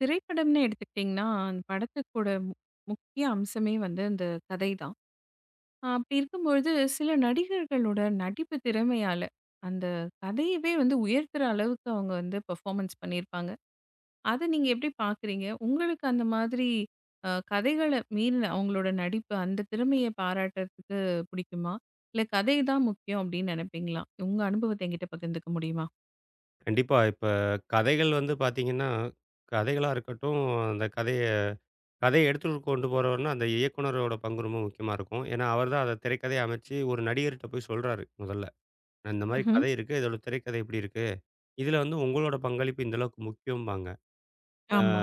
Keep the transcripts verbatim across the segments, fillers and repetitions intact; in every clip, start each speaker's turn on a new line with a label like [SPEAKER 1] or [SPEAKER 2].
[SPEAKER 1] திரைப்படம்னு எடுத்துக்கிட்டிங்கன்னா, அந்த படத்துக்கூட மு முக்கிய அம்சமே வந்து அந்த கதை தான். அ அப்படி இருக்கும்பொழுது, சில நடிகர்களோட நடிப்பு திறமையால, அந்த கதையவே வந்து உயர்த்துற அளவுக்கு அவங்க வந்து பெர்ஃபார்மன்ஸ் பண்ணியிருப்பாங்க. அத நீங்க எப்படி பார்க்குறீங்க? உங்களுக்கு அந்த மாதிரி அ கதைகள மீறின அவங்களோட நடிப்பு, அந்த திறமைய பாராட்டுறதுக்கு புடிக்குமா? இல்ல கதை தான் முக்கியம் அப்படின்னு நெனைப்பீங்களா? உங்க அனுபவத்த என்கிட்ட பகிர்ந்துக்க முடியுமா?
[SPEAKER 2] கண்டிப்பா. இப்ப கதைகள் வந்து பார்த்தீங்கன்னா, கதைகளா இருக்கட்டும், அந்த கதைய கதைய எடுத்துட்டு கொண்டு போறவர்னா, அந்த இயக்குனரோட பங்கு ரொம்ப முக்கியமா இருக்கும். ஏன்னா, அவர் தான் அத திரைக்கதைய அமைச்சு ஒரு நடிகர்ட்ட போய் சொல்றாரு முதல்ல. நான் இந்த மாரி
[SPEAKER 1] ம்ஹ்ம்.
[SPEAKER 2] கதை இருக்கு. இதோட திரைக்கதை இப்படி இருக்கு. இதுல வந்து உங்களோட பங்களிப்பு இந்த அளவுக்கு முக்கியம்பாங்க. அ
[SPEAKER 1] ஆமா.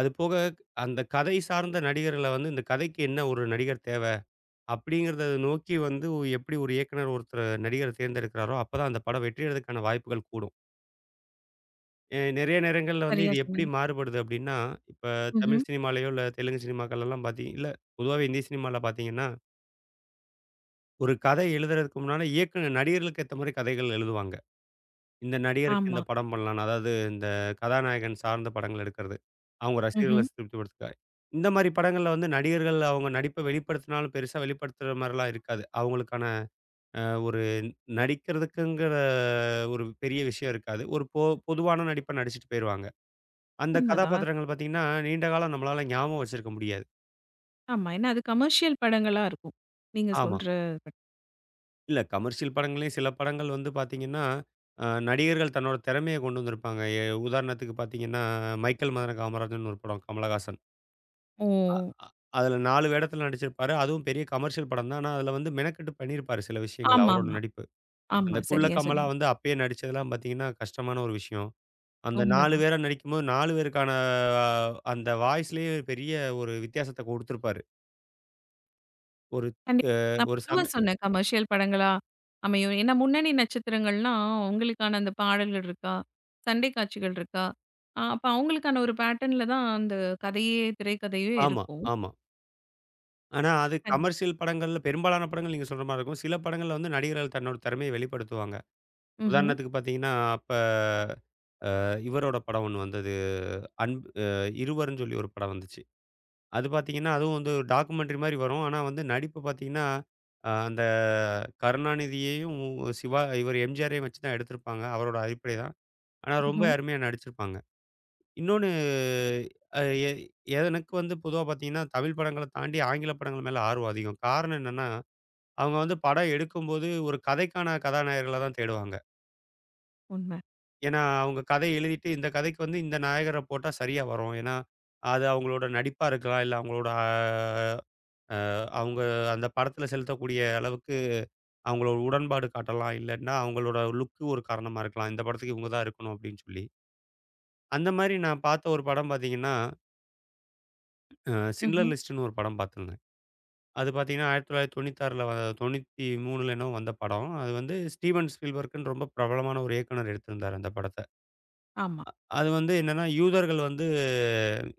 [SPEAKER 2] அது போக அந்த கதை சார்ந்த நடிகர்கள வந்து இந்த கதைக்கு என்ன ஒரு நடிகர் தேவ? அப்படிங்கிறத நோக்கி வந்து எப்படி ஒரு இயக்குனர் ஒருத்தர நடிகர தேர்ந்தெடுக்கிறாரோ, அப்பதான் அந்த படம் வெற்றியடைறதுக்கான வாய்ப்புகள் கூடும். எ நெறைய நேரங்கள்ல வந்து
[SPEAKER 1] சரியா
[SPEAKER 2] இது எப்படி
[SPEAKER 1] சொன்னீங்க.
[SPEAKER 2] மாறுபடுது அப்படின்னா, இப்ப
[SPEAKER 1] ம்ஹ்ம்.
[SPEAKER 2] தமிழ் சினிமாலயோ, இல்ல தெலுங்கு சினிமாக்கள்லலாம் பார்த்தீங்க இல்ல பொதுவாவே இந்திய சினிமால பார்த்தீங்கன்னா, ஒரு கதை எழுதுறதுக்கு முன்னால இயக்குனர் நடிகர்களுக்கு ஏத்த மாரி கதைகள் எழுதுவாங்க. இந்த நடிகருக்கு இந்த
[SPEAKER 1] ஆமா.
[SPEAKER 2] படம் பண்ணலான்னு. அதாவது இந்த கதாநாயகன் சார்ந்த படங்கள் எடுக்கிறது. அவங்க ரசிகர்கள
[SPEAKER 1] ம்ஹ்ம்.
[SPEAKER 2] திருப்திப்படுத்துக்காக. இந்த மாரி படங்கள்ல வந்து நடிகர்கள் அவங்க நடிப்ப வெளிப்படுத்தினாலும் பெருசா வெளிப்படுத்துற மாரிலாம் இருக்காது. அவங்களுக்கான அ ஒரு நடிக்கிறதுக்குங்கிற ஒரு பெரிய விஷயம் இருக்காது. ஒரு பொ பொதுவான நடிப்ப நடிச்சுட்டு போயிருவாங்க. அந்த
[SPEAKER 1] உண்மதான்.
[SPEAKER 2] கதாபாத்திரங்கள் பார்த்தீங்கன்னா, நீண்ட காலம் நம்மளால ஞாபகம் வச்சிருக்க முடியாது.
[SPEAKER 1] ஆமா. ஏன்னா அது கமர்ஷியல் படங்களா இருக்கும். நீங்க
[SPEAKER 2] ஆமா.
[SPEAKER 1] சொல்ற பட்
[SPEAKER 2] இல்ல கமர்ஷியல் படங்கள்லயும் சில படங்கள் வந்து பார்த்தீங்கன்னா, அ நடிகர்கள் தன்னோட திறமைய கொண்டு வந்திருப்பாங்க. எ உதாரணத்துக்கு பார்த்தீங்கன்னா, மைக்கேல் மதன காமராஜர்ன்னு ஒரு படம் கமலஹாசன்.
[SPEAKER 1] ஓ!
[SPEAKER 2] அ அ அதில நான்கு வேடத்தில நடிச்சிருப்பாரு. அதுவும் பெரிய கமர்ஷியல் படம் தான். ஆனா, அதில வந்து மெனக்கெட்டு பண்ணியிருப்பாரு சில விஷயங்கள்
[SPEAKER 1] ஆமாமா.
[SPEAKER 2] அவரோட
[SPEAKER 1] ஆமா.
[SPEAKER 2] நடிப்பு. அந்த
[SPEAKER 1] ஆமா
[SPEAKER 2] குள்ள
[SPEAKER 1] சரியா
[SPEAKER 2] கமலா
[SPEAKER 1] சொன்னீங்க.
[SPEAKER 2] வந்து அப்பயே நடிச்சதெல்லாம் பார்த்தீங்கன்னா, கஷ்டமான ஒரு விஷயம். அந்த நான்கு
[SPEAKER 1] உண்மதான்.
[SPEAKER 2] பேரா நடிக்கும்போது நான்கு பேருக்கான அ அந்த வாய்ஸ்லயே பெரிய ஒரு வித்தியாசத்த கொடுத்திருப்பாரு. ஒரு
[SPEAKER 1] கண்டிப்பா.
[SPEAKER 2] அ
[SPEAKER 1] நான்
[SPEAKER 2] ஒரு சம
[SPEAKER 1] பொதுவா சொன்னேன் கமர்ஷியல் படங்களா அமையும். ஏன்னா முன்னணி நட்சத்திரங்கள்னா, அவங்களுக்கான அந்த பாடல்கள் இருக்கா? சண்டை காட்சிகள் இருக்கா? அ அப்ப அவங்களுக்கான ஒரு பேட்டர்ன்ல தான் அந்த கதையே, திரைக்கதையே
[SPEAKER 2] ஆமா,
[SPEAKER 1] இருக்கும்.
[SPEAKER 2] ஆமா. ஆனா, அது
[SPEAKER 1] கண்டிப்பா.
[SPEAKER 2] கமர்ஷியல் படங்கள்ல பெரும்பாலான படங்கள் நீங்க சொல்ற மாரி இருக்கும். சில படங்கள்ல வந்து நடிகர்கள் தன்னோட திறமைய வெளிப்படுத்துவாங்க.
[SPEAKER 1] ம்ஹ்ம்.
[SPEAKER 2] உதாரணத்துக்கு பார்த்தீங்கன்னா, அப்ப அ இவரோட படம் ஒண்ணு வந்தது. அன்பு அ இருவர்ன்னு சொல்லி ஒரு படம் வந்துச்சு. அது பார்த்தீங்கன்னா, அதுவும் வந்து ஒரு டாக்குமெண்ட்ரி மாரி வரும். ஆனா வந்து நடிப்பு பார்த்தீங்கன்னா, அ அந்த கருணாநிதியையும், சிவா இவர் எம்ஜிஆரையும் வச்சு தான் எடுத்திருப்பாங்க. அவரோட அடிப்படை தான். ஆனா ரொம்ப
[SPEAKER 1] ம்ஹ்ம்.
[SPEAKER 2] அருமையா நடிச்சிருப்பாங்க. இன்னொன்னு அ எ எனக்கு வந்து பொதுவா பார்த்தீங்கன்னா, தமிழ் படங்கள தாண்டி ஆங்கில படங்கள் மேல ஆர்வம் அதிகம். காரணம் என்னன்னா அவங்க வந்து படம் எடுக்கும்போது ஒரு கதைக்கான கதாநாயகர்கள தான் தேடுவாங்க.
[SPEAKER 1] உண்ம.
[SPEAKER 2] ஏன்னா, அவங்க கதை எழுதிட்டு இந்த கதைக்கு வந்து இந்த நாயகர போட்டா சரியா வரும். ஏன்னா, அது அவங்களோட நடிப்பா இருக்கலாம். இல்ல அவங்களோட அ அவங்க அந்த படத்துல செலுத்தக்கூடிய அளவுக்கு அவங்களோட உடன்பாடு காட்டலாம். இல்லன்னா, அவங்களோட லுக்கு ஒரு காரணமா இருக்கலாம். இந்த படத்துக்கு இவங்க தான் இருக்கணும் அப்படின்னு சொல்லி. அந்த மாரி நான் பார்த்த ஒரு படம் பார்த்தீங்கன்னா, அ சிண்ட்லர்
[SPEAKER 1] ம்ஹ்ம்.
[SPEAKER 2] லிஸ்ட்ன்னு ஒரு படம் பார்த்தேங்க. அது பார்த்தீங்கன்னா, 1996ல வ 93ல என்னவோ வந்த படம். அது வந்து ஸ்டீவன் ஸ்பீல்பர்க்குன்னு ரொம்ப பிரபலமான ஒரு இயக்குனர் எடுத்திருந்தாரு அந்த படத்த.
[SPEAKER 1] ஆமா.
[SPEAKER 2] அது வந்து என்னன்னா, யூதர்கள் வந்து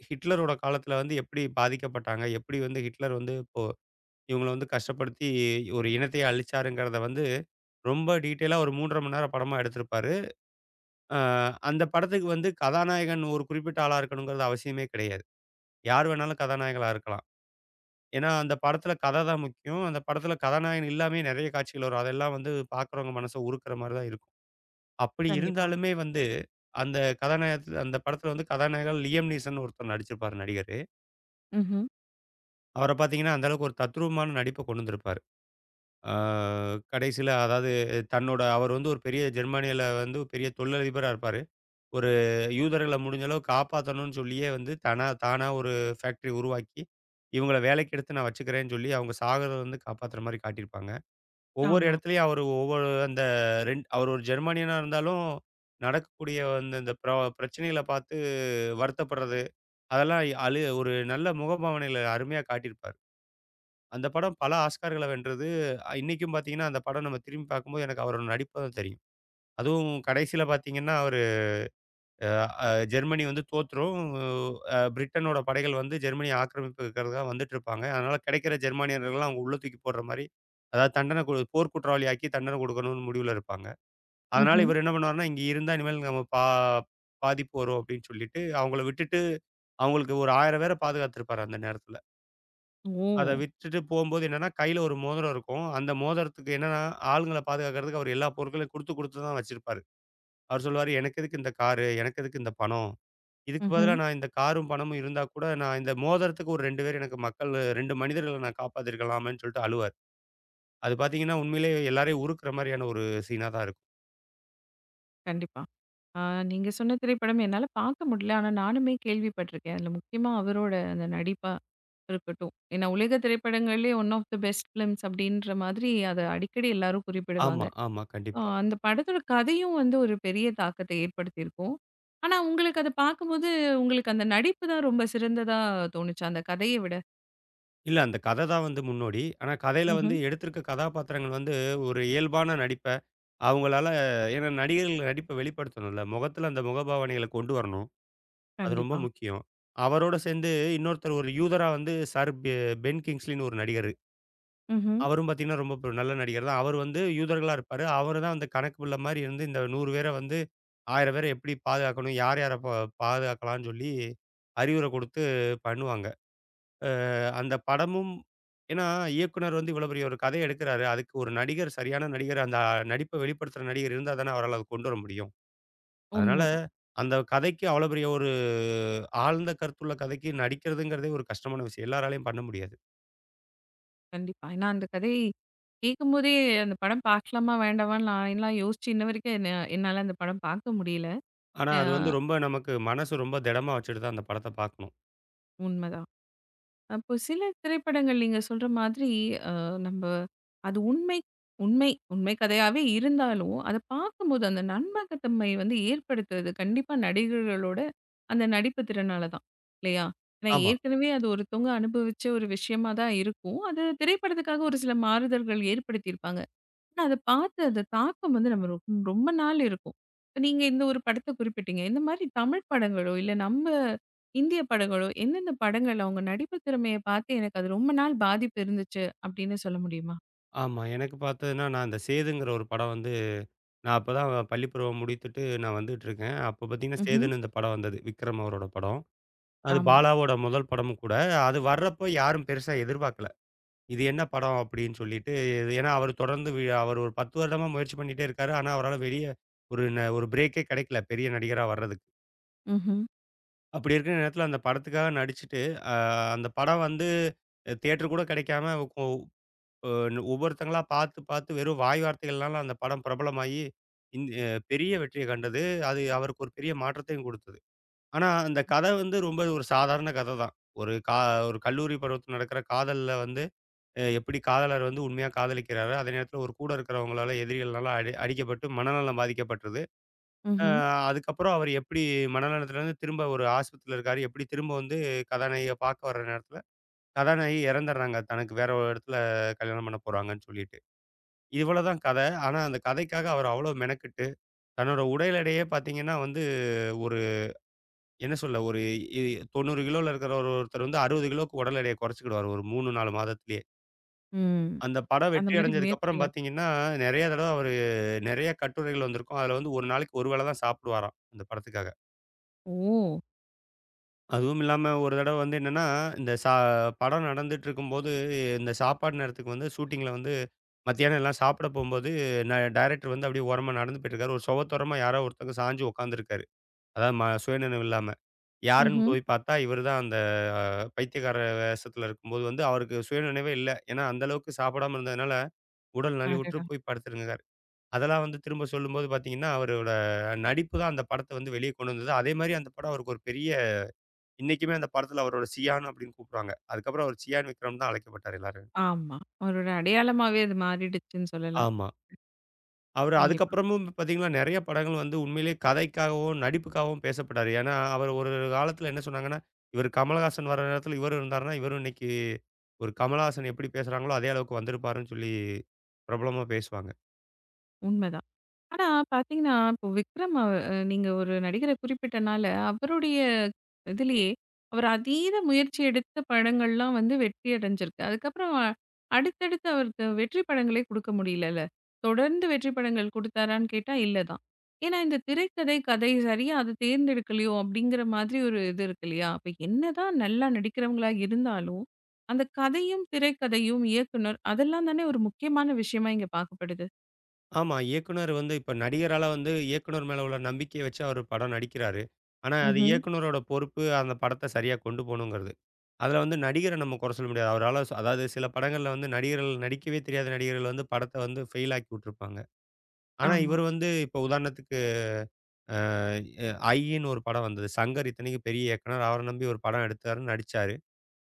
[SPEAKER 2] ஹிட்லரோட காலத்துல வந்து எப்படி பாதிக்கப்பட்டாங்க? எப்படி வந்து ஹிட்லர் வந்து இப்போ இவங்கள வந்து கஷ்டப்படுத்தி ஒரு இனத்தையே அழிச்சாருங்கிறத வந்து ரொம்ப டீட்டெயிலா ஒரு மூன்று அரை மணி நேரம் படமா எடுத்திருப்பாரு. அ அந்த படத்துக்கு வந்து கதாநாயகன் ஒரு குறிப்பிட்ட ஆளா இருக்கணுங்கிறது அவசியமே கிடையாது. யார் வேணாலும் கதாநாயகனா இருக்கலாம். ஏன்னா, அந்த படத்துல கதை தான் முக்கியம். அந்த படத்துல கதாநாயகன் இல்லாமயே நெறைய காட்சிகள் வரும். அதெல்லாம் வந்து பார்க்குறவங்க மனச உருக்குற மாரி தான் இருக்கும். அப்படி
[SPEAKER 1] கண்டிப்பா.
[SPEAKER 2] இருந்தாலுமே வந்து, அந்த கதாநாயகத்துல அந்த படத்துல வந்து கதாநாயகன் லியம் நீசன் ஒருத்தர் நடிச்சிருப்பாரு நடிகரு.
[SPEAKER 1] ம்ஹ்ம்.
[SPEAKER 2] அவர பார்த்தீங்கன்னா, அந்த அளவுக்கு ஒரு தத்ரூபமான நடிப்ப கொண்டு வந்திருப்பாரு. ஆ கடைசில அதாவது தன்னோட அவர் வந்து ஒரு பெரிய ஜெர்மனியில வந்து ஒரு பெரிய தொழிலதிபரா இருப்பாரு. ஒரு யூதர்கள முடிஞ்ச அளவு காப்பாத்தணும்னு சொல்லியே வந்து தனா தானா ஒரு ஃபேக்டரி உருவாக்கி, இவங்கள வேலைக்கு எடுத்து நான் வச்சுக்கிறேன்னு சொல்லி அவங்க சாகுறத வந்து காப்பாத்துற மாரி காட்டியிருப்பாங்க. ஒவ்வொரு
[SPEAKER 1] ஆமா.
[SPEAKER 2] இடத்துலயும் அவரு ஒவ்வொரு அந்த ரெண் அவர் ஒரு ஜெர்மனியனா இருந்தாலும், நடக்கக்கூடிய அந்த இந்த பிர பிரச்சனைகள பார்த்து வருத்தப்படுறது, அதெல்லாம் அழு ஒரு நல்ல முகபாவனையில அருமையா காட்டியிருப்பாரு. அந்த படம் பல ஆஸ்கார்கள வென்றது. அ இன்னைக்கும் பார்த்தீங்கன்னா, அந்த படம் நம்ம திரும்பி பார்க்கும்போது எனக்கு அவரோட நடிப்பு தான் தெரியும். அதுவும் கடைசியில பார்த்தீங்கன்னா, அவரு அ அ ஜெர்மனி வந்து தோத்துரும். அ பிரிட்டனோட படைகள் வந்து ஜெர்மனிய ஆக்கிரமிப்புக்காக வந்துட்டுருப்பாங்க. அதனால கிடைக்கிற ஜெர்மானியர்கள்லாம் அவங்க உள்ள தூக்கி போடுற மாரி, அதாவது தண்டனை கு போர் குற்றவாளி ஆக்கி தண்டனை கொடுக்கணும்னு முடிவுல இருப்பாங்க. அதனால
[SPEAKER 1] ம்ஹ்ம்.
[SPEAKER 2] இவரு என்ன பண்ணுவாருன்னா, இங்க இருந்தா இனிமேல் நம்ம பா பாதிப்பு வரும் அப்படின்னு சொல்லிட்டு, அவங்கள விட்டுட்டு அவங்களுக்கு ஒரு ஆயிரம் பேர பாதுகாத்திருப்பாரு அந்த நேரத்துல. அத
[SPEAKER 1] ஓ!
[SPEAKER 2] விட்டுட்டு போம்போது என்னன்னா, கையில ஒரு மோதிரம் இருக்கும். அந்த மோதிரத்துக்கு என்னன்னா, ஆளுங்கள பாதுகாக்கிறதுக்கு அவரு எல்லா பொருட்களையும் குடுத்து குடுத்து தான் வச்சிருப்பாரு. அவரு சொல்லுவாரு, "எனக்கு எதுக்கு இந்த காரு? எனக்கு எதுக்கு இந்த பணம்? இதுக்கு
[SPEAKER 1] ம்ஹ்ம்.
[SPEAKER 2] பதிலா நான் இந்த காரும், பணமும் இருந்தா கூட நான் இந்த மோதிரத்துக்கு ஒரு ரெண்டு பேர் எனக்கு மக்கள் ரெண்டு மனிதர்கள நான் காப்பாத்திருக்கலாமேன்னு" சொல்லிட்டு அழுவாரு. அது பாத்தீங்கன்னா, உண்மையிலேயே எல்லாரையும் உருக்குற மாரியான ஒரு சீனா தான் இருக்கும்.
[SPEAKER 1] கண்டிப்பா. ஆ நீங்க சொன்ன திரைப்படம் என்னால பார்க்க முடியல. ஆனா நானுமே கேள்விப்பட்டிருக்கேன். அதுல முக்கியமா அவரோட அந்த நடிப்பா இருக்கட்டும். ஏன்னா, உலக திரைப்படங்கள்லயே one of the best films அப்படின்ற மாதிரி அத அடிக்கடி எல்லாரும் குறிப்பிடுவாங்க.
[SPEAKER 2] ஆமா, ஆமா.
[SPEAKER 1] அ
[SPEAKER 2] கண்டிப்பா.
[SPEAKER 1] அந்த படத்தோட கதையும் வந்து ஒரு பெரிய தாக்கத்த ஏற்படுத்தியிருக்கும். ஆனா, உங்களுக்கு அத பார்க்கும்போது உங்களுக்கு அந்த நடிப்பு தான் ரொம்ப சிறந்ததா தோணுச்சா? அந்த கதைய விட?
[SPEAKER 2] இல்ல. அந்த கத தான் வந்து முன்னோடி. ஆனா கதையில வந்து
[SPEAKER 1] ம்ஹ்ம்.
[SPEAKER 2] எடுத்திருக்க கதாபாத்திரங்கள் வந்து ஒரு இயல்பான நடிப்ப, அவங்களால ஏன்னா நடிகர்கள் நடிப்ப வெளிப்படுத்தணும்ல. முகத்தில அந்த முகபாவனைகள கொண்டு வரணும். அது ரொம்ப
[SPEAKER 1] கண்டிப்பா.
[SPEAKER 2] முக்கியம். அவரோட சேர்ந்து இன்னொருத்தர் ஒரு யூதரா வந்து சர் பெ பென் கிங்ஸ்லின்னு ஒரு நடிகரு.
[SPEAKER 1] ம்ஹ்ம்.
[SPEAKER 2] அவரும் பார்த்தீங்கன்னா, ரொம்ப ப நல்ல நடிகர் தான். அவர் வந்து யூதர்களா இருப்பாரு. அவரு தான் அந்த கணக்கு பிள்ளை மாரி இருந்து இந்த நூறு பேர வந்து ஆயிரம் பேர எப்படி பாதுகாக்கணும்? யார் யார பா பாதுகாக்கலாம்ன்னு சொல்லி அறிவுரை குடுத்து பண்ணுவாங்க. அந்த படமும் ஏன்னா இயக்குனர் வந்து இவ்வளோ பெரிய ஒரு கதை எடுக்குறாரு. அதுக்கு ஒரு நடிகர் சரியான நடிகர், அந்த நடிப்ப வெளிப்படுத்துற நடிகர் இருந்தா தானே அவரால அத கொண்டு வர முடியும். அதனால
[SPEAKER 1] உண்மதான்.
[SPEAKER 2] அந்த கதைக்கு அவ்வளோ பெரிய ஒரு ஆழ்ந்த கருத்துள்ள கதைக்கு நடிக்கிறதுங்கிறதே ஒரு கஷ்டமான விஷயம். எல்லாராலயும் பண்ண முடியாது.
[SPEAKER 1] கண்டிப்பா. ஏன்னா அந்த கதை கேட்கும்போதே அந்த படம் பார்க்கலாமா வேண்டாமான்னு நான்லாம் யோசிச்சு இன்ன வரைக்கும் என்ன என்னால அந்த படம் பார்க்க முடியல.
[SPEAKER 2] ஆனா
[SPEAKER 1] அ
[SPEAKER 2] அது வந்து ரொம்ப நமக்கு மனசு ரொம்ப திடமா வச்சுட்டு தான் அந்த படத்த பார்க்கணும்.
[SPEAKER 1] உண்மதான். அப்போ சில திரைப்படங்கள் நீங்க சொல்ற மாதிரி அ நம்ப அது உண்மை உண்மை உண்மை கதையாவே இருந்தாலும், அத பார்க்கும்போது அந்த நம்பகத்தன்மை வந்து ஏற்படுத்துறது கண்டிப்பா நடிகர்களோட அந்த நடிப்பு திறனால தான். இல்லையா? ஏன்னா
[SPEAKER 2] ஆமா,
[SPEAKER 1] ஏற்கனவே அது ஒருத்தவங்க அனுபவிச்ச ஒரு விஷயமா தான் இருக்கும். அது திரைப்படத்துக்காக ஒரு சில மாறுதல்கள் ஏற்படுத்தியிருப்பாங்க. ஆனா, அத பார்த்து அந்த தாக்கம் வந்து நம்ம ரொம் ரொம்ப நாள் இருக்கும். இப்ப நீங்க இந்த ஒரு படத்த குறிப்பிட்டீங்க. இந்த மாரி தமிழ் படங்களோ, இல்ல நம்ம இந்திய படங்களோ, எந்தெந்த படங்கள்ல உங்க நடிப்பு திறமைய பார்த்து எனக்கு அது ரொம்ப நாள் பாதிப்பு இருந்துச்சு அப்படின்னு சொல்ல முடியுமா?
[SPEAKER 2] ஆமா. எனக்கு பார்த்ததுன்னா, நான் அந்த சேதுங்கிற ஒரு படம் வந்து நான் அப்ப தான் பள்ளி பருவம் முடித்துட்டு நான் வந்துட்டு இருக்கேன். அப்ப பார்த்தீங்கன்னா,
[SPEAKER 1] ம்ஹ்ம்.
[SPEAKER 2] சேதுன்னு இந்த படம் வந்தது. விக்ரம் அவரோட படம். அது
[SPEAKER 1] ஆமா.
[SPEAKER 2] பாலாவோட முதல் படமும் கூட. அது வர்றப்போ யாரும் பெருசா எதிர்பார்க்கல. இது என்ன படம் அப்படின்னு சொல்லிட்டு, இது- ஏன்னா அவரு தொடர்ந்து வி அவர் ஒரு பத்து வருடமா முயற்சி பண்ணிட்டே இருக்காரு. ஆனா, அவரால வெளிய ஒரு ந ஒரு பிரேக்கே கிடைக்கல, பெரிய நடிகரா வர்றதுக்கு.
[SPEAKER 1] ம்ஹ்ம்.
[SPEAKER 2] அப்படி இருக்கிற நேரத்தில அந்த படத்துக்காக நடிச்சுட்டு, அ அந்த படம் வந்து தியேட்டர் கூட கிடைக்காம ஒ ஒ ஒவ்வொருத்தங்களா பார்த்து, பார்த்து வெறும் வாய் வார்த்தைகள்னால அந்த படம் பிரபலமாகி, இந் பெரிய வெற்றிய கண்டது. அது அவருக்கு ஒரு பெரிய மாற்றத்தையும் கொடுத்தது. ஆனா, அந்த கதை வந்து ரொம்ப ஒரு சாதாரண கதை தான். ஒரு கா ஒரு கல்லூரி பருவத்தில நடக்கிற காதல்ல வந்து அ எப்படி காதலர் வந்து உண்மையா காதலிக்கிறாரு. அதே நேரத்தில ஒரு கூட இருக்கிறவங்களால எதிரிகள்னால அடி அடிக்கப்பட்டு மனநலம் பாதிக்கப்பட்டது. அ
[SPEAKER 1] ம்ஹ்ம்.
[SPEAKER 2] அதுக்கப்புறம் அவர் எப்படி மனநலத்திலேருந்து திரும்ப ஒரு ஆஸ்பத்திரியில இருக்காரு. எப்படி திரும்ப வந்து கதாநாயகிய பார்க்க வர நேரத்தில கதாநாயகி இறந்துடுறாங்க. தனக்கு வேற ஒரு இடத்துல கல்யாணம் பண்ண போறாங்கன்னு சொல்லிட்டு. இவ்வளோ தான் கதை. ஆனா, அந்த கதைக்காக அவர் அவ்வளோ மெனக்கெட்டு தன்னோட உடையிலடையே பார்த்தீங்கன்னா வந்து என்ன சொல்ல ஒரு இ தொண்ணூறு கிலோல இருக்கிற ஒரு ஒருத்தர் வந்து அறுபது கிலோவுக்கு உடல் எடைய குறைச்சுக்கிடுவாரு ஒரு மூன்று, நான்கு மாதத்திலேயே.
[SPEAKER 1] ம்.
[SPEAKER 2] அந்த படம்
[SPEAKER 1] அந்த
[SPEAKER 2] வெற்றி
[SPEAKER 1] மாரி
[SPEAKER 2] அடைஞ்சதுக்கப்புறம்
[SPEAKER 1] முயற்சிகள்.
[SPEAKER 2] பார்த்தீங்கன்னா, நெறைய தடவ அவரு நெறைய கட்டுரைகள் வந்திருக்கும். அதில வந்து ஒரு நாளைக்கு ஒரு வேள தான் சாப்பிடுவாராம், அந்த படத்துக்காக.
[SPEAKER 1] ஓ!
[SPEAKER 2] அதுவும் இல்லாம ஒரு தடவ வந்து என்னன்னா, இந்த சா படம் நடந்துட்டுருக்கும்போது, இந்த சாப்பாடு நேரத்துக்கு வந்து ஷூட்டிங்கில வந்து மத்தியானம் எல்லாம் சாப்பிட போம்போது, ந டைரக்டர் வந்து அப்படியே ஓரமா நடந்து போயிட்டுருக்காரு. ஒரு சுவத்தோரமா யாரோ ஒருத்தங்க சாய்ஞ்சு உட்காந்துருக்காரு. அதாவது ம சுயநினைவு இல்லாம. யாருன்னு
[SPEAKER 1] ம்ஹ்ம்.
[SPEAKER 2] போய் பார்த்தா, இவரு தான் பைத்தியக்கார வேஷத்துல இருக்கும்போது வந்து, அவருக்கு சுயநினைவே இல்ல. ஏன்னா, அந்த அளவுக்கு சாப்பிடாம இருந்ததுனால, உடல் நலிவுற்று
[SPEAKER 1] அடடா!
[SPEAKER 2] போய் படுத்திருந்தாரு. அதெல்லாம் வந்து திரும்ப சொல்லும்போது பார்த்தீங்கன்னா, அவரோட நடிப்பு தான் அந்த படத்த வந்து வெளிய கொண்டு வந்தது. அதேமாரி அந்த படம் அவருக்கு ஒரு பெரிய இன்னைக்குமே அந்த படத்துல அவரோட சியான் அப்பிடின்னு கூப்புடுவாங்க. அதுக்கப்புறம் அவர் சியான் விக்ரம் தான் அழைக்கப்பட்டாரு எல்லாரும்.
[SPEAKER 1] ஆமா. அவரோட அடையாளமாவே அது மாறிடுச்சுன்னு சொல்லலாம்.
[SPEAKER 2] ஆமா. அவரு
[SPEAKER 1] கண்டிப்பா.
[SPEAKER 2] அதுக்கப்புறமும் பார்த்தீங்கன்னா, நெறைய படங்கள் வந்து உண்மையிலேயே கதைக்காகவும், நடிப்புக்காகவும் பேசப்பட்டாரு. ஏன்னா, அவர் ஒரு காலத்தில என்ன சொன்னாங்கன்னா, இவரு கமலஹாசன் வர நேரத்தில இவரும் இருந்தாருன்னா, இவரும் இன்னைக்கு ஒரு கமலஹாசன் எப்படி பேசுறாங்களோ, அதே அளவுக்கு வந்திருப்பாருன்னு சொல்லி பிரபலமா பேசுவாங்க.
[SPEAKER 1] உண்மதான். ஆனா பாத்தீங்கன்னா, இப்போ விக்ரம் அவ அ நீங்க ஒரு நடிகர குறிப்பிட்டனால, அவருடைய இதுலயே அவர் அதீத முயற்சி எடுத்த படங்கள்லாம் வந்து வெற்றி அடைஞ்சிருக்கு. அதுக்கப்புறம் அ- அடுத்தடுத்து அவருக்கு வெற்றி படங்களே குடுக்க முடியலல்ல. தொடர்ந்து வெற்றி படங்கள் குடுத்தாரான்னு கேட்டா, இல்ல தான். ஏன்னா இந்த திரைக்கதை, கதை சரியா அது தேர்ந்தெடுக்கலையோ அப்படிங்கிற மாதிரி ஒரு இது இருக்கு இல்லையா? அப்ப என்னதான் நல்லா நடிக்கிறவங்களா இருந்தாலும், அந்த கதையும், திரைக்கதையும், இயக்குனர் அதெல்லாம் தானே ஒரு முக்கியமான விஷயமா இங்க பார்க்கப்படுது.
[SPEAKER 2] ஆமா, இயக்குனர் வந்து இப்ப நடிகரால வந்து இயக்குனர் மேல உள்ள நம்பிக்கைய வச்சு அவரு படம் நடிக்கிறாரு. ஆனா, அது
[SPEAKER 1] ம்ஹ்ம்.
[SPEAKER 2] இயக்குனரோட பொறுப்பு அந்த படத்த சரியா கொண்டு போணுங்கிறது. அதுல வந்து நடிகர நம்ம குறை சொல்ல முடியாது. அவரால அதாவது சில படங்கள்ல வந்து நடிகர்கள் நடிக்கவே தெரியாத நடிகர்கள் வந்து படத்த வந்து ஃபெயில் ஆக்கி விட்டுருப்பாங்க. ஆனா,
[SPEAKER 1] ஆமா.
[SPEAKER 2] இவரு வந்து இப்ப உதாரணத்துக்கு அ எ ஐயின்னு ஒரு படம் வந்தது. சங்கர் இத்தனைக்கும் பெரிய இயக்குனர். அவர நம்பி ஒரு படம் எடுத்தாரு, நடிச்சாரு.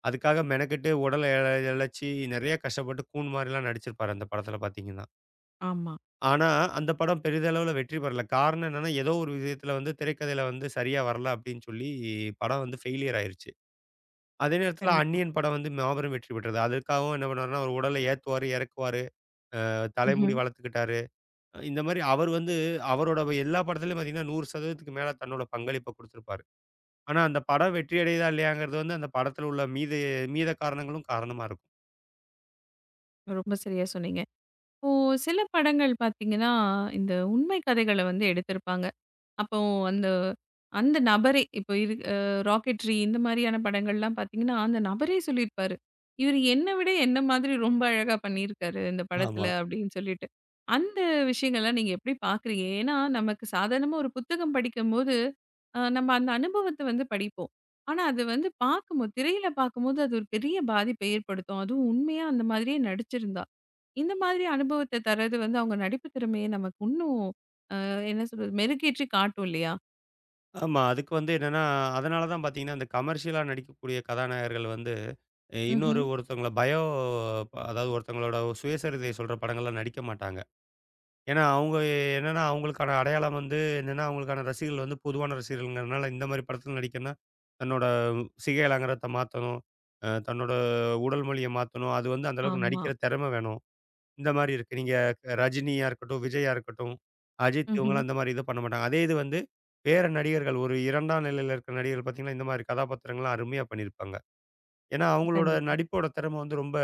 [SPEAKER 2] அதுக்காக மெனக்கெட்டு உடல இழ இழச்சு நெறைய கஷ்டப்பட்டு கூன் மாரிலாம் நடிச்சிருப்பாரு அந்த படத்துல பாத்தீங்கன்னா.
[SPEAKER 1] ஆமா.
[SPEAKER 2] ஆனா, அந்த படம் பெரிதளவுல வெற்றி பெறல. காரணம் என்னன்னா, ஏதோ ஒரு விஷயத்துல வந்து திரைக்கதையில வந்து சரியா வரல அப்டின்னு சொல்லி படம் வந்து ஃபெயிலியர் ஆயிருச்சு. அதே நேரத்துல
[SPEAKER 1] கண்டிப்பா.
[SPEAKER 2] அந்நியன் படம் வந்து மாபெரும் வெற்றி பெற்றது. அதுக்காகவும் என்ன பண்ணுவாருன்னா, அவரு உடல ஏத்துவாரு, இறக்குவாரு. அ தலைமுடி
[SPEAKER 1] ம்ஹ்ம்.
[SPEAKER 2] வளர்த்துக்கிட்டாரு. அ இந்த மாரி அவர் வந்து அவரோட எல்லா படத்துலயும் பார்த்தீங்கன்னா, நூறு சதவீதம் மேல தன்னோட பங்களிப்ப குடுத்திருப்பாரு. ஆனா அந்த படம் வெற்றி அடையுதா இல்லையாங்கிறது வந்து அந்த படத்துல உள்ள மீதி மீத காரணங்களும் காரணமா இருக்கும்.
[SPEAKER 1] ரொம்ப சரியா சொன்னீங்க. இப்போ சில படங்கள் பார்த்தீங்கன்னா, இந்த உண்மை கதைகள வந்து எடுத்திருப்பாங்க. அப்போ அந்த அந்த நபரே இப்போ இரு அ ராக்கெட்ரி இந்த மாதிரியான படங்கள்லாம் பார்த்தீங்கன்னா, அந்த நபரே சொல்லியிருப்பாரு. இவரு என்ன விட என்ன மாதிரி ரொம்ப அழகா பண்ணியிருக்காரு இந்த
[SPEAKER 2] ஆமா.
[SPEAKER 1] படத்துல அப்படின்னு சொல்லிட்டு. அந்த விஷயங்கள்லாம் நீங்க எப்படி பார்க்குறீங்க? ஏன்னா நமக்கு சாதாரணமா ஒரு புத்தகம் படிக்கும்போது, அ நம்ம அந்த அனுபவத்த வந்து படிப்போம். ஆனா அது வந்து பார்க்கும்போது திரையில பார்க்கும்போது அது ஒரு பெரிய பாதிப்பை ஏற்படுத்தும். அதுவும் உண்மையா அந்த மாதிரியே நடிச்சிருந்தா. இந்த மாதிரி அனுபவத்த தர்றது வந்து அவங்க நடிப்பு திறமைய நமக்கு இன்னும் அ என்ன சொல்றது மெருகேற்றி காட்டும் இல்லையா?
[SPEAKER 2] ஆமா. அதுக்கு வந்து என்னன்னா, அதனால தான் பார்த்தீங்கன்னா, அந்த கமர்ஷியலா நடிக்கக்கூடிய கதாநாயகர்கள் வந்து, அஹ்,
[SPEAKER 1] ம்ஹ்ம்.
[SPEAKER 2] இன்னொரு ஒருத்தவங்கள பயோ அதாவது ஒருத்தவங்களோட சுயசரிதை சொல்ற படங்கள்லாம் நடிக்க மாட்டாங்க. ஏன்னா, அவங்க என்னன்னா, அவங்களுக்கான அடையாளம் வந்து என்னன்னா, அவங்களுக்கான ரசிகர்கள் வந்து பொதுவான ரசிகர்கள்ங்கிறனால, இந்த மாரி படத்துல நடிக்கன்னா, தன்னோட சிகை அலங்காரத்த மாத்தணும். அ தன்னோட உடல் மொழிய மாத்தணும். அது வந்து அந்த அளவுக்கு
[SPEAKER 1] ஆமா.
[SPEAKER 2] நடிக்கிற திறமை வேணும். இந்த மாரி இருக்கு. நீங்க ரஜினியா இருக்கட்டும், விஜயா இருக்கட்டும், அஜித்
[SPEAKER 1] ம்ஹ்ம்.
[SPEAKER 2] இவங்கலாம் இந்த மாரி இது பண்ண மாட்டாங்க. அதே இது வந்து வேற நடிகர்கள் ஒரு 2ஆம் நிலையில இருக்கிற நடிகர்கள் பார்த்தீங்கன்னா, இந்த மாரி கதாபாத்திரங்கள்லாம் அருமையா பண்ணியிருப்பாங்க. ஏன்னா, அவங்களோட
[SPEAKER 1] கண்டிப்பா.
[SPEAKER 2] நடிப்போட திறமை வந்து ரொம்ப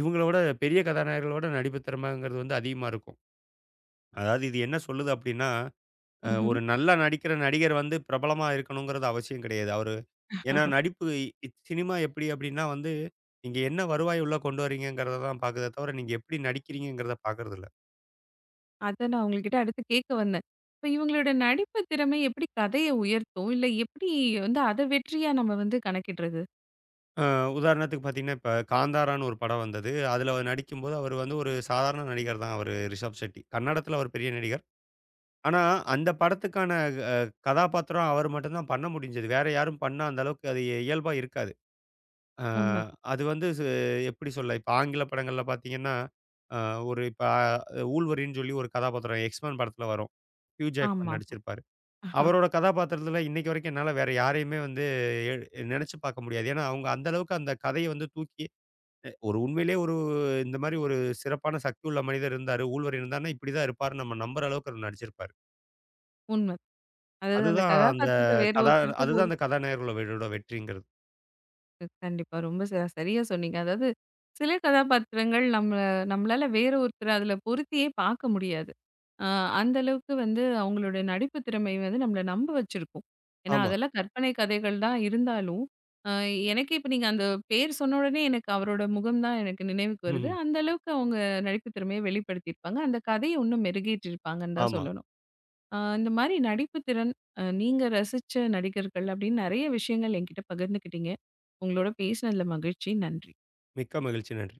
[SPEAKER 2] இவங்கள விட பெரிய கதாநாயகர்களோட நடிப்பு திறமைங்கிறது வந்து அதிகமா இருக்கும். அதாவது இது என்ன சொல்லுது அப்டின்னா, அ
[SPEAKER 1] ம்ஹ்ம்.
[SPEAKER 2] ஒரு நல்லா நடிக்கிற நடிகர் வந்து பிரபலமா இருக்கணுங்கிறது அவசியம் கிடையாது. அவரு ஏன்னா நடிப்பு இ சினிமா எப்டி அப்டின்னா வந்து, நீங்க என்ன வருவாய் உள்ள கொண்டு வரீங்கங்கிறத தான் பாக்குதே தவிர, நீங்க எப்டி நடிக்கிறீங்கங்கிறத பாக்குறதில்ல.
[SPEAKER 1] அத நான் உங்ககிட்ட அடுத்து கேட்க வந்தேன். இப்ப இவங்களோட நடிப்பு திறமை எப்படி கதைய உயர்த்தும்? இல்ல எப்படி வந்து அத வெற்றியா நம்ம வந்து கணக்கிடுறது?
[SPEAKER 2] அ உதாரணத்துக்கு பாத்தீங்கன்னா, இப்ப காந்தாரான்னு ஒரு படம் வந்தது. அதுல அவர் நடிக்கும்போது அவர் வந்து ஒரு சாதாரண நடிகர் தான் அவரு ரிஷப் செட்டி. கன்னடத்துல அவர் பெரிய நடிகர். ஆனா அந்த படத்துக்கான அ கதாபாத்திரம் அவர் மட்டும் தான் பண்ண முடிஞ்சது. வேற யாரும் பண்ணா அந்த அளவுக்கு அது இயல்பா இருக்காது. அ
[SPEAKER 1] உண்மதான்.
[SPEAKER 2] அது வந்து சு எப்படி சொல்ல, இப்ப ஆங்கில படங்கள்ல பார்த்தீங்கன்னா, அ ஒரு இப்ப ஊழ்வரின்னு சொல்லி ஒரு கதாபாத்திரம் எக்ஸ்மேன் படத்துல வரும். ஹியூ ஜாக்மன்
[SPEAKER 1] ஆமாமா.
[SPEAKER 2] நடிச்சிருப்பாரு.
[SPEAKER 1] அ
[SPEAKER 2] அவரோட கதாபாத்திரத்துல இன்னைக்கு வரைக்கும் என்னால வேற யாரையுமே வந்து எ நெனச்சு பார்க்க முடியாது. ஏன்னா, அவங்க அந்த அளவுக்கு அந்த கதைய வந்து தூக்கி ஒரு உண்மையிலேயே ஒரு இந்த மாரி ஒரு சிறப்பான சக்தி உள்ள மனிதர் இருந்தாரு. ஊழ்வரின் இருந்தாருன்னா, இப்படிதான் இருப்பாருன்னு நம்ம நம்புற அளவுக்கு அவர் நடிச்சிருப்பாரு.
[SPEAKER 1] உண்ம. அதாவது அந்த
[SPEAKER 2] அதுதான் அந்த
[SPEAKER 1] கதாபாத்திரத்த வேற
[SPEAKER 2] கதா
[SPEAKER 1] ஒருத்தருக்கு
[SPEAKER 2] அதுதான் அந்த கதாநாயகர்களோட வெற்றிங்கிறது.
[SPEAKER 1] கண்டிப்பா. ரொம்ப ச சரியா சொன்னீங்க. அதாவது சில கதாபாத்திரங்கள் நம்மள நம்மளால வேற ஒருத்தர அதில பொருத்தியே பார்க்க முடியாது. அ அந்த அளவுக்கு வந்து அவங்களோட நடிப்பு திறமை வந்து நம்மள நம்ப வச்சிருக்கும். ஏன்னா,
[SPEAKER 2] ஆமா.
[SPEAKER 1] அதெல்லாம் கற்பனை கதைகள் தான் இருந்தாலும், அ எனக்கே இப்ப நீங்க அந்த பேர் சொன்ன உடனே எனக்கு அவரோட முகம் தான் எனக்கு நினைவுக்கு வருது.
[SPEAKER 2] ம்ஹ்ம்.
[SPEAKER 1] அந்த அளவுக்கு அவங்க நடிப்பு திறமைய வெளிப்படுத்தியிருப்பாங்க. அந்த கதைய இன்னும் மெருகேற்றியிருப்பாங்கன்னு தான்
[SPEAKER 2] ஆமா.
[SPEAKER 1] சொல்லணும். ஆ இந்த மாரி நடிப்பு திறன், அ நீங்க ரசிச்ச நடிகர்கள் அப்படின்னு நெறைய விஷயங்கள் என்கிட்ட பகிர்ந்துக்கிட்டீங்க. உங்களோட பேசினதுல மகிழ்ச்சி. நன்றி.
[SPEAKER 2] மிக்க மகிழ்ச்சி. நன்றி.